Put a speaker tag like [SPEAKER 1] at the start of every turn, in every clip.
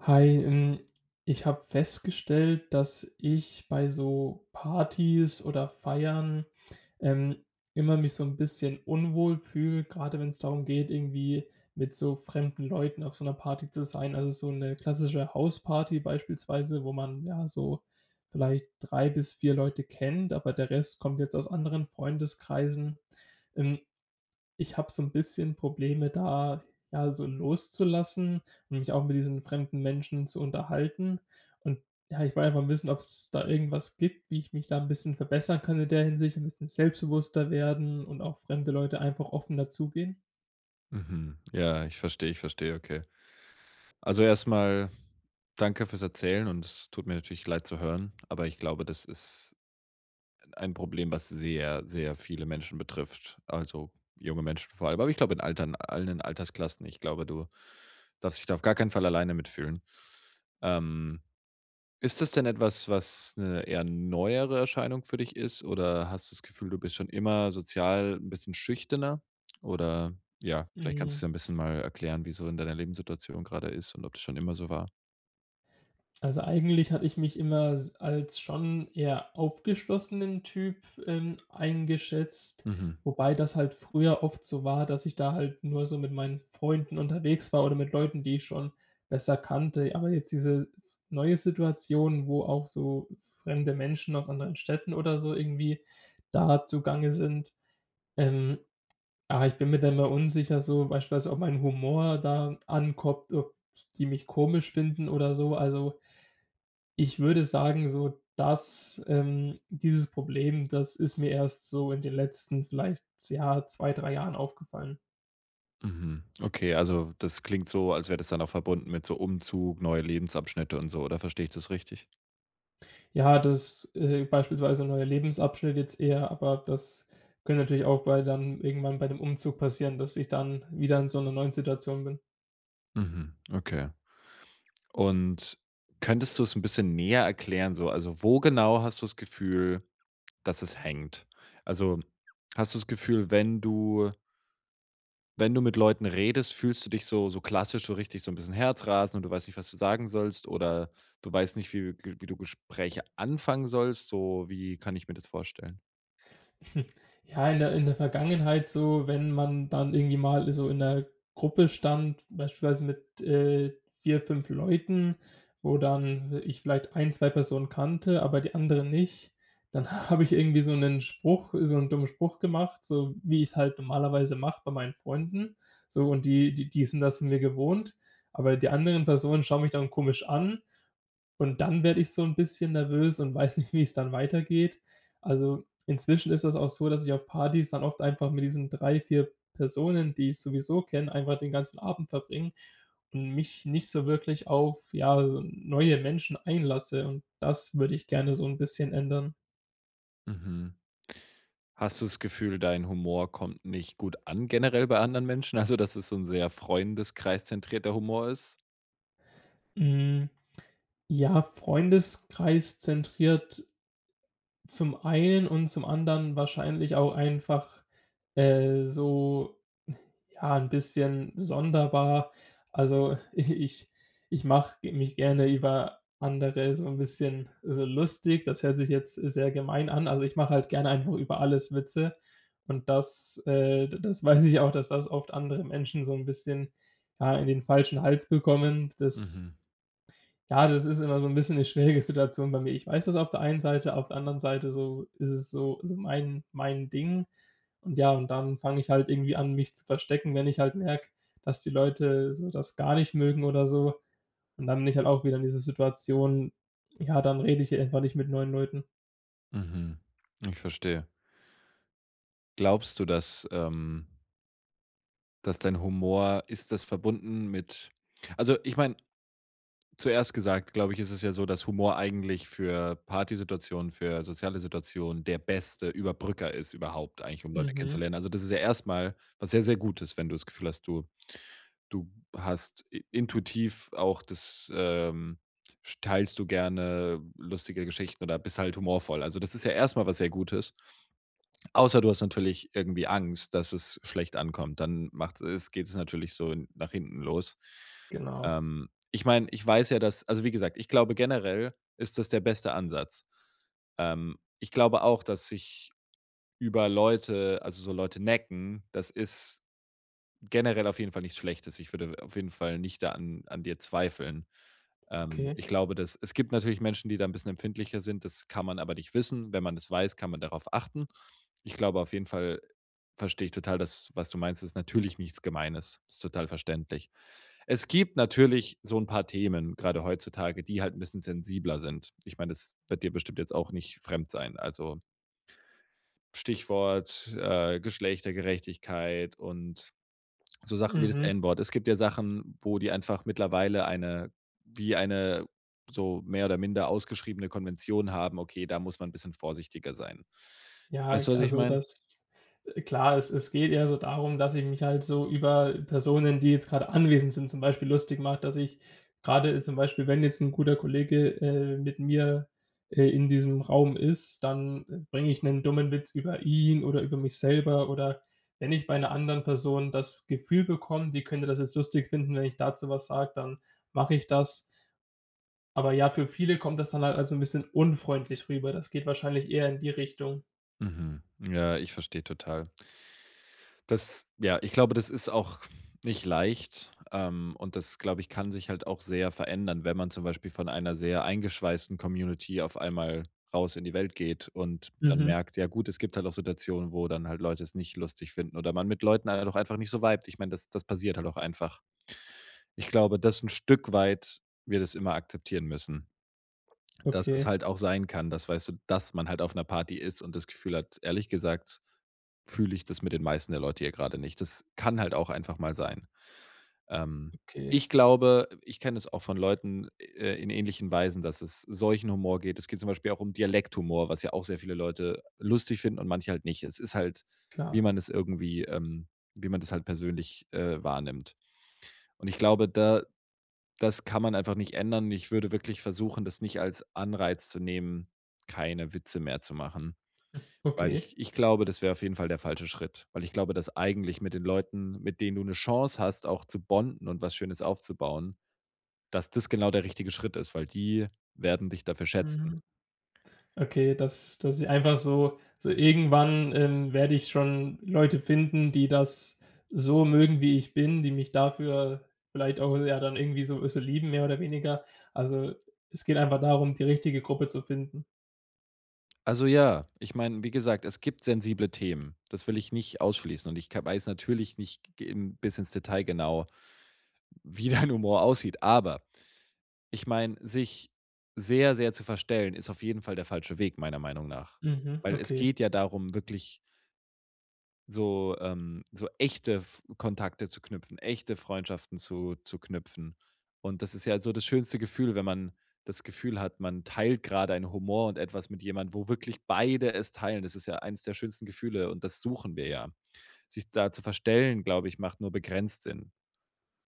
[SPEAKER 1] Hi, ich habe festgestellt, dass ich bei so Partys oder Feiern, ähm, immer mich so ein bisschen unwohl fühle, gerade wenn es darum geht, irgendwie mit so fremden Leuten auf so einer Party zu sein. Also, so eine klassische Hausparty beispielsweise, wo man, ja, so vielleicht 3 bis 4 Leute kennt, aber der Rest kommt jetzt aus anderen Freundeskreisen. Ähm, ich habe so ein bisschen Probleme da, ja, so loszulassen und mich auch mit diesen fremden Menschen zu unterhalten. Und ja, ich wollte einfach mal wissen, ob es da irgendwas gibt, wie ich mich da ein bisschen verbessern kann in der Hinsicht, ein bisschen selbstbewusster werden und auf fremde Leute einfach offen dazugehen?
[SPEAKER 2] Mhm. Ja, ich verstehe, okay. Also erstmal danke fürs Erzählen und es tut mir natürlich leid zu hören, aber ich glaube, das ist ein Problem, was sehr, sehr viele Menschen betrifft. Also junge Menschen vor allem, aber ich glaube allen Altersklassen. Ich glaube, du darfst dich da auf gar keinen Fall alleine mitfühlen. Ähm, Ist das denn etwas, was eine eher neuere Erscheinung für dich ist oder hast du das Gefühl, du bist schon immer sozial ein bisschen schüchterner? Oder ja, vielleicht kannst du's
[SPEAKER 1] Mhm.
[SPEAKER 2] ja ein bisschen mal erklären, wie so in deiner Lebenssituation gerade ist und ob das schon immer so war?
[SPEAKER 1] Also, eigentlich hatte ich mich immer s als schon eher aufgeschlossenen Typ, eingeschätzt,
[SPEAKER 2] Mhm,
[SPEAKER 1] wobei das halt früher oft so war, dass ich da halt nur so mit meinen Freunden unterwegs war oder mit Leuten, die ich schon besser kannte. Aber jetzt diese neue Situation, wo auch so fremde Menschen aus anderen Städten oder so irgendwie da zugange sind, ähm, ich bin mir da immer unsicher so beispielsweise, ob mein Humor da ankommt, ob die mich komisch finden oder so. Also, ich würde sagen, so dass dieses Problem, das ist mir erst so in den letzten vielleicht, ja, 2 3 Jahren aufgefallen.
[SPEAKER 2] mhm. Okay, also das klingt so, als wäre das dann auch verbunden mit so Umzug, neue Lebensabschnitte und so, oder verstehe ich das richtig?
[SPEAKER 1] Ja, das, beispielsweise neuer Lebensabschnitt jetzt eher, aber das könnte natürlich auch bei dann irgendwann bei dem Umzug passieren, dass ich dann wieder in so einer neuen Situation bin.
[SPEAKER 2] Mhm, okay. Und könntest du es ein bisschen näher erklären so? Also, wo genau hast du das Gefühl, dass es hängt. Also, hast du das Gefühl, wenn du mit Leuten redest, fühlst du dich so so klassisch, so richtig so ein bisschen Herzrasen und du weißt nicht, was du sagen sollst oder du weißt nicht, wie du Gespräche anfangen sollst? So, wie kann ich mir das vorstellen?
[SPEAKER 1] Ja, in der Vergangenheit so, wenn man dann irgendwie mal so in 'ner Gruppe stand, beispielsweise mit, 4, 5 Leuten, wo dann ich vielleicht ein 2 Personen kannte, aber die anderen nicht, dann habe ich irgendwie so einen Spruch so einen dummen Spruch gemacht, so wie ich es halt normalerweise mache bei meinen Freunden. So und die sind das von mir gewohnt, aber die anderen Personen schauen mich dann komisch an und dann werde ich so ein bisschen nervös und weiß nicht, wie es dann weitergeht. Also, inzwischen ist das auch so, dass ich auf Partys dann oft einfach mit diesen 3, 4 Personen, die ich sowieso kenne, einfach den ganzen Abend verbringe und mich nicht so wirklich auf, ja, so neue Menschen einlasse und das würde ich gerne so ein bisschen ändern.
[SPEAKER 2] Mhm. Hast du das Gefühl, dein Humor kommt nicht gut an generell bei anderen Menschen? Also, dass es so ein sehr freundeskreiszentrierter Humor ist?
[SPEAKER 1] Hm, ja, Freundeskreis zentriert zum einen und zum anderen wahrscheinlich auch einfach, so ja, ein bisschen sonderbar. Also, ich ich mache mich gerne über andere so ein bisschen so lustig. Das hört sich jetzt sehr gemein an. Also, ich mache halt gerne einfach über alles Witze und das, das weiß ich auch, dass das oft andere Menschen so ein bisschen, ja, in den falschen Hals bekommen. Das
[SPEAKER 2] Mhm,
[SPEAKER 1] ja, das ist immer so 'n bisschen 'ne schwierige Situation bei mir. Ich weiß das auf der einen Seite, auf der anderen Seite so ist es so mein Ding. Und ja, und dann fange ich halt irgendwie an, mich zu verstecken, wenn ich halt merke, dass die Leute so das gar nicht mögen oder so. Und dann bin ich halt auch wieder in dieser Situation, ja, dann rede ich einfach nicht mit neuen Leuten.
[SPEAKER 2] mhm. Ich verstehe. Glaubst du, dass, dass dein Humor, ist das verbunden mit, also, ich meine, zuerst gesagt, glaube ich, ist es ja so, dass Humor eigentlich für Partysituationen, für soziale Situationen der beste Überbrücker ist überhaupt eigentlich, um Leute
[SPEAKER 1] Mhm.
[SPEAKER 2] kennenzulernen. Also, das ist ja erstmal was sehr, sehr Gutes, wenn du das Gefühl hast, du hast i intuitiv auch das, teilst du gerne lustige Geschichten oder bist halt humorvoll. Also, das ist ja erstmal was sehr Gutes. Außer du hast natürlich irgendwie Angst, dass es schlecht ankommt, dann macht es geht es natürlich so in- nach hinten los.
[SPEAKER 1] Genau.
[SPEAKER 2] Ich meine, ich weiß ja, dass, also, wie gesagt, ich glaube generell ist das der beste Ansatz. Ich glaube auch, dass sich über Leute, also, so Leute necken, das ist generell auf jeden Fall nichts Schlechtes. Ich würde auf jeden Fall nicht da an dir zweifeln.
[SPEAKER 1] Okay.
[SPEAKER 2] Ich glaube, dass es gibt natürlich Menschen, die da ein bisschen empfindlicher sind, das kann man aber nicht wissen. Wenn man es weiß, kann man darauf achten. Ich glaube auf jeden Fall, verstehe ich total das, was du meinst, ist natürlich nichts Gemeines. Ist total verständlich. Es gibt natürlich so ein paar Themen, gerade heutzutage, die halt ein bisschen sensibler sind. Ich meine, das wird dir bestimmt jetzt auch nicht fremd sein. Also, Stichwort, Geschlechtergerechtigkeit und so Sachen wie das
[SPEAKER 1] Mhm.
[SPEAKER 2] N-Wort. Es gibt ja Sachen, wo die einfach mittlerweile eine, wie eine, so mehr oder minder ausgeschriebene Konvention haben: „Okay, da muss man ein bisschen vorsichtiger sein.“ Weißt
[SPEAKER 1] Ja,
[SPEAKER 2] du, was ich
[SPEAKER 1] also
[SPEAKER 2] meine?
[SPEAKER 1] das klar, es geht eher so darum, dass ich mich halt so über Personen, die jetzt gerade anwesend sind, zum Beispiel lustig mache, dass ich grade zum Beispiel, wenn jetzt ein guter Kollege, mit mir, in diesem Raum ist, dann, bringe ich einen dummen Witz über ihn oder über mich selber oder wenn ich bei einer anderen Person das Gefühl bekomme, die könnte das jetzt lustig finden, wenn ich dazu was sage, dann mache ich das. Aber ja, für viele kommt das dann halt also ein bisschen unfreundlich rüber. Das geht wahrscheinlich eher in die Richtung.
[SPEAKER 2] Mhm. Ja, ich verstehe total. Das, ja, ich glaube, das ist auch nicht leicht, und das, glaube ich, kann sich halt auch sehr verändern, wenn man zum Beispiel von einer sehr eingeschweißten Community auf einmal raus in die Welt geht und dann
[SPEAKER 1] Mhm.
[SPEAKER 2] merkt, ja gut, es gibt halt auch Situationen, wo dann halt Leute es nicht lustig finden oder man mit Leuten halt auch einfach nicht so vibet. Ich meine, das passiert halt auch einfach. Ich glaube, dass ein Stück weit wir das immer akzeptieren müssen. Dass es
[SPEAKER 1] Okay,
[SPEAKER 2] halt auch sein kann, dass, weißt du, dass man halt auf einer Party ist und das Gefühl hat, ehrlich gesagt, fühle ich das mit den meisten der Leute hier gerade nicht. Das kann halt auch einfach mal sein. Ähm,
[SPEAKER 1] okay,
[SPEAKER 2] ich glaube, ich kenne es auch von Leuten, in ähnlichen Weisen, dass es solchen Humor geht. Es geht zum Beispiel auch um Dialekthumor, was ja auch sehr viele Leute lustig finden und manche halt nicht. Es ist halt, wie
[SPEAKER 1] klar.
[SPEAKER 2] man es irgendwie wie man das halt persönlich, wahrnimmt. Und ich glaube, da, das kann man einfach nicht ändern. Ich würde wirklich versuchen, das nicht als Anreiz zu nehmen, keine Witze mehr zu machen, weil
[SPEAKER 1] Okay.
[SPEAKER 2] ich glaube, das wäre auf jeden Fall der falsche Schritt, weil ich glaube, dass eigentlich mit den Leuten, mit denen du eine Chance hast, auch zu bonden und was Schönes aufzubauen, dass das genau der richtige Schritt ist, weil die werden dich dafür schätzen.
[SPEAKER 1] Mhm. Okay, dass ich einfach so irgendwann, werde ich schon Leute finden, die das so mögen, wie ich bin, die mich dafür vielleicht auch ja dann irgendwie so lieben, mehr oder weniger. Also, es geht einfach darum, die richtige Gruppe zu finden.
[SPEAKER 2] Also, ja, ich meine, wie gesagt, es gibt sensible Themen. Das will ich nicht ausschließen und ich ka weiß natürlich nicht g im bis ins Detail genau, wie dein Humor aussieht, aber ich meine, sich sehr, sehr zu verstellen, ist auf jeden Fall der falsche Weg, meiner Meinung nach.
[SPEAKER 1] Mhm,
[SPEAKER 2] Weil es
[SPEAKER 1] okay.
[SPEAKER 2] geht ja darum, wirklich so, so echte F Kontakte zu knüpfen, echte Freundschaften zu knüpfen. Und das ist ja so das schönste Gefühl, wenn man das Gefühl hat, man teilt gerade einen Humor und etwas mit jemandem, wo wirklich beide es teilen. Das ist ja eines der schönsten Gefühle und das suchen wir ja. Sich da zu verstellen, glaube ich, macht nur begrenzt Sinn.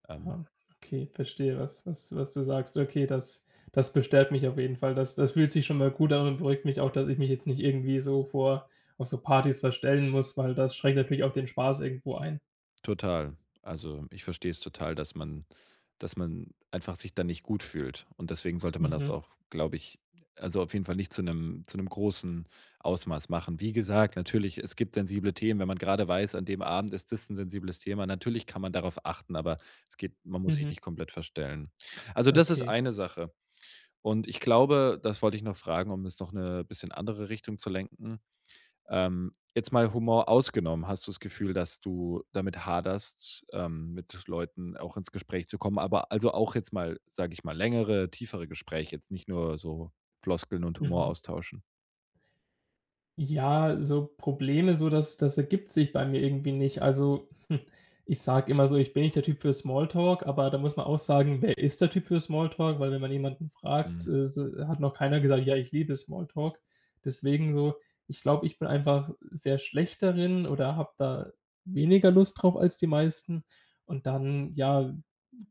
[SPEAKER 2] Ähm,
[SPEAKER 1] Ah, okay, verstehe, was du sagst. Okay, das bestärkt mich auf jeden Fall. Das fühlt sich schon mal gut an und beruhigt mich auch, dass ich mich jetzt nicht irgendwie so vor auf so Partys verstellen muss, weil das schränkt natürlich auch den Spaß irgendwo ein.
[SPEAKER 2] total. Also, ich verstehe es total, dass man, dass man einfach sich dann nicht gut fühlt. Und deswegen sollte man das
[SPEAKER 1] Mhm,
[SPEAKER 2] auch, glaube ich, also, auf jeden Fall nicht zu einem, zu einem großen Ausmaß machen. Wie gesagt, natürlich, es gibt sensible Themen, wenn man gerade weiß, an dem Abend ist das ein sensibles Thema. Natürlich kann man darauf achten, aber es geht, man muss sich
[SPEAKER 1] mhm,
[SPEAKER 2] nicht komplett verstellen. Also, das ist
[SPEAKER 1] okay,
[SPEAKER 2] eine Sache. Und ich glaube, das wollte ich noch fragen, um es noch eine bisschen andere Richtung zu lenken. Jetzt mal Humor ausgenommen, hast du das Gefühl, dass du damit haderst, mit Leuten auch ins Gespräch zu kommen? Aber also auch jetzt mal, sage ich mal, längere, tiefere Gespräche, jetzt nicht nur so Floskeln und Humor
[SPEAKER 1] mhm.
[SPEAKER 2] austauschen.
[SPEAKER 1] Ja, so Probleme, so das das ergibt sich bei mir irgendwie nicht. Also, ich sage immer so, ich bin nicht der Typ für Smalltalk, aber da muss man auch sagen, wer ist der Typ für Smalltalk? Weil wenn man jemanden fragt,
[SPEAKER 2] Mhm.
[SPEAKER 1] s hat noch keiner gesagt: „Ja, ich liebe Smalltalk.“ Deswegen so, ich glaube, ich bin einfach sehr schlecht darin oder habe da weniger Lust drauf als die meisten. Und dann, ja,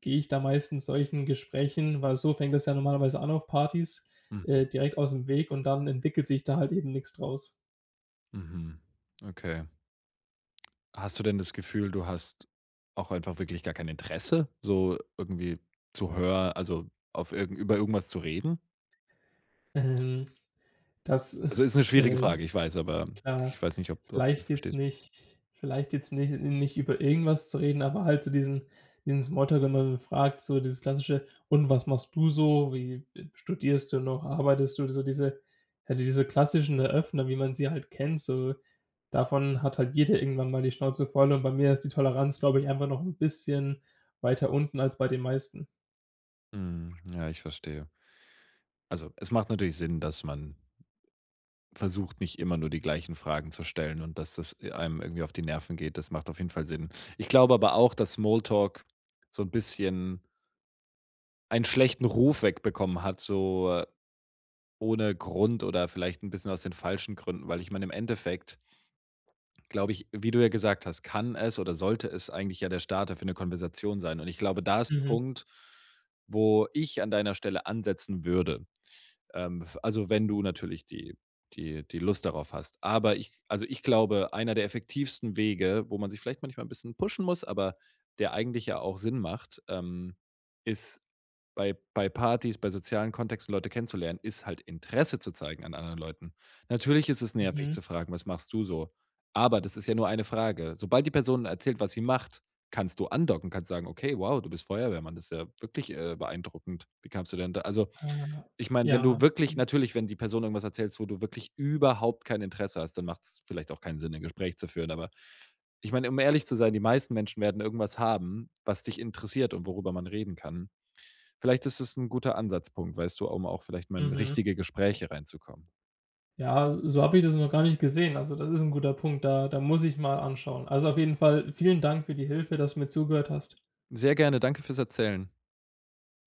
[SPEAKER 1] gehe ich da meistens solchen Gesprächen weil so fängt das ja normalerweise an auf Partys,
[SPEAKER 2] Mhm.
[SPEAKER 1] direkt aus dem Weg und dann entwickelt sich da halt eben nichts draus.
[SPEAKER 2] Mhm. Okay. Hast du denn das Gefühl, du hast auch einfach wirklich gar kein Interesse, so irgendwie zu hören, also auf irgend über irgendwas zu reden?
[SPEAKER 1] Ähm, das,
[SPEAKER 2] Also, ist eine schwierige
[SPEAKER 1] äh,
[SPEAKER 2] Frage, ich weiß, aber
[SPEAKER 1] klar,
[SPEAKER 2] ich weiß nicht, ob du das
[SPEAKER 1] vielleicht jetzt
[SPEAKER 2] verstehst.
[SPEAKER 1] nicht vielleicht jetzt nicht nicht über irgendwas zu reden, aber halt so diesen Smalltalk, wenn man so fragt, so dieses klassische: „Und was machst du so? Wie studierst du noch? Arbeitest du?“ So diese ja, diese klassischen Eröffner, wie man sie halt kennt, so davon hat halt jeder irgendwann mal die Schnauze voll und bei mir ist die Toleranz, glaube ich, einfach noch 'n bisschen weiter unten als bei den meisten.
[SPEAKER 2] Mhm. Ja, ich verstehe. Also, es macht natürlich Sinn, dass man versucht, nicht immer nur die gleichen Fragen zu stellen und dass das, einem irgendwie auf die Nerven geht. Das macht auf jeden Fall Sinn. Ich glaube aber auch, dass Smalltalk so ein bisschen einen schlechten Ruf wegbekommen hat, so, ohne Grund oder vielleicht ein bisschen aus den falschen Gründen, weil ich meine, im Endeffekt glaube ich, wie du ja gesagt hast, kann es oder sollte es eigentlich ja der Starter für eine Konversation sein. Und ich glaube, da ist 'n
[SPEAKER 1] Mhm,
[SPEAKER 2] Punkt, wo ich an deiner Stelle ansetzen würde. F also, wenn du natürlich die, die Lust darauf hast. Aber ich, also, ich glaube, einer der effektivsten Wege, wo man sich vielleicht manchmal ein bisschen pushen muss, aber der eigentlich ja auch Sinn macht, ist bei Partys, bei sozialen Kontexten Leute kennenzulernen, ist halt Interesse zu zeigen an anderen Leuten. Natürlich ist es nervig
[SPEAKER 1] mhm.
[SPEAKER 2] zu fragen: „Was machst du so?“ Aber das ist ja nur eine Frage. Sobald die Person erzählt, was sie macht, kannst du andocken, kannst sagen: „Okay, wow, du bist Feuerwehrmann, das ist ja wirklich, beeindruckend. Wie kamst du denn da“, also,
[SPEAKER 1] Ah,
[SPEAKER 2] ich meine, wenn
[SPEAKER 1] ja,
[SPEAKER 2] du wirklich,
[SPEAKER 1] okay.
[SPEAKER 2] natürlich, wenn die Person irgendwas erzählst, wo du wirklich überhaupt kein Interesse hast, dann macht es vielleicht auch keinen Sinn, ein Gespräch zu führen. Aber ich meine, um ehrlich zu sein, die meisten Menschen werden irgendwas haben, was dich interessiert und worüber man reden kann. Vielleicht ist es ein guter Ansatzpunkt, weißt du, um auch vielleicht mal in
[SPEAKER 1] Mhm.
[SPEAKER 2] richtige Gespräche reinzukommen.
[SPEAKER 1] Ja, so habe ich das noch gar nicht gesehen. Also, das ist ein guter Punkt. Da muss ich mal anschauen. Also, auf jeden Fall vielen Dank für die Hilfe, dass du mir zugehört hast.
[SPEAKER 2] Sehr gerne, danke fürs Erzählen.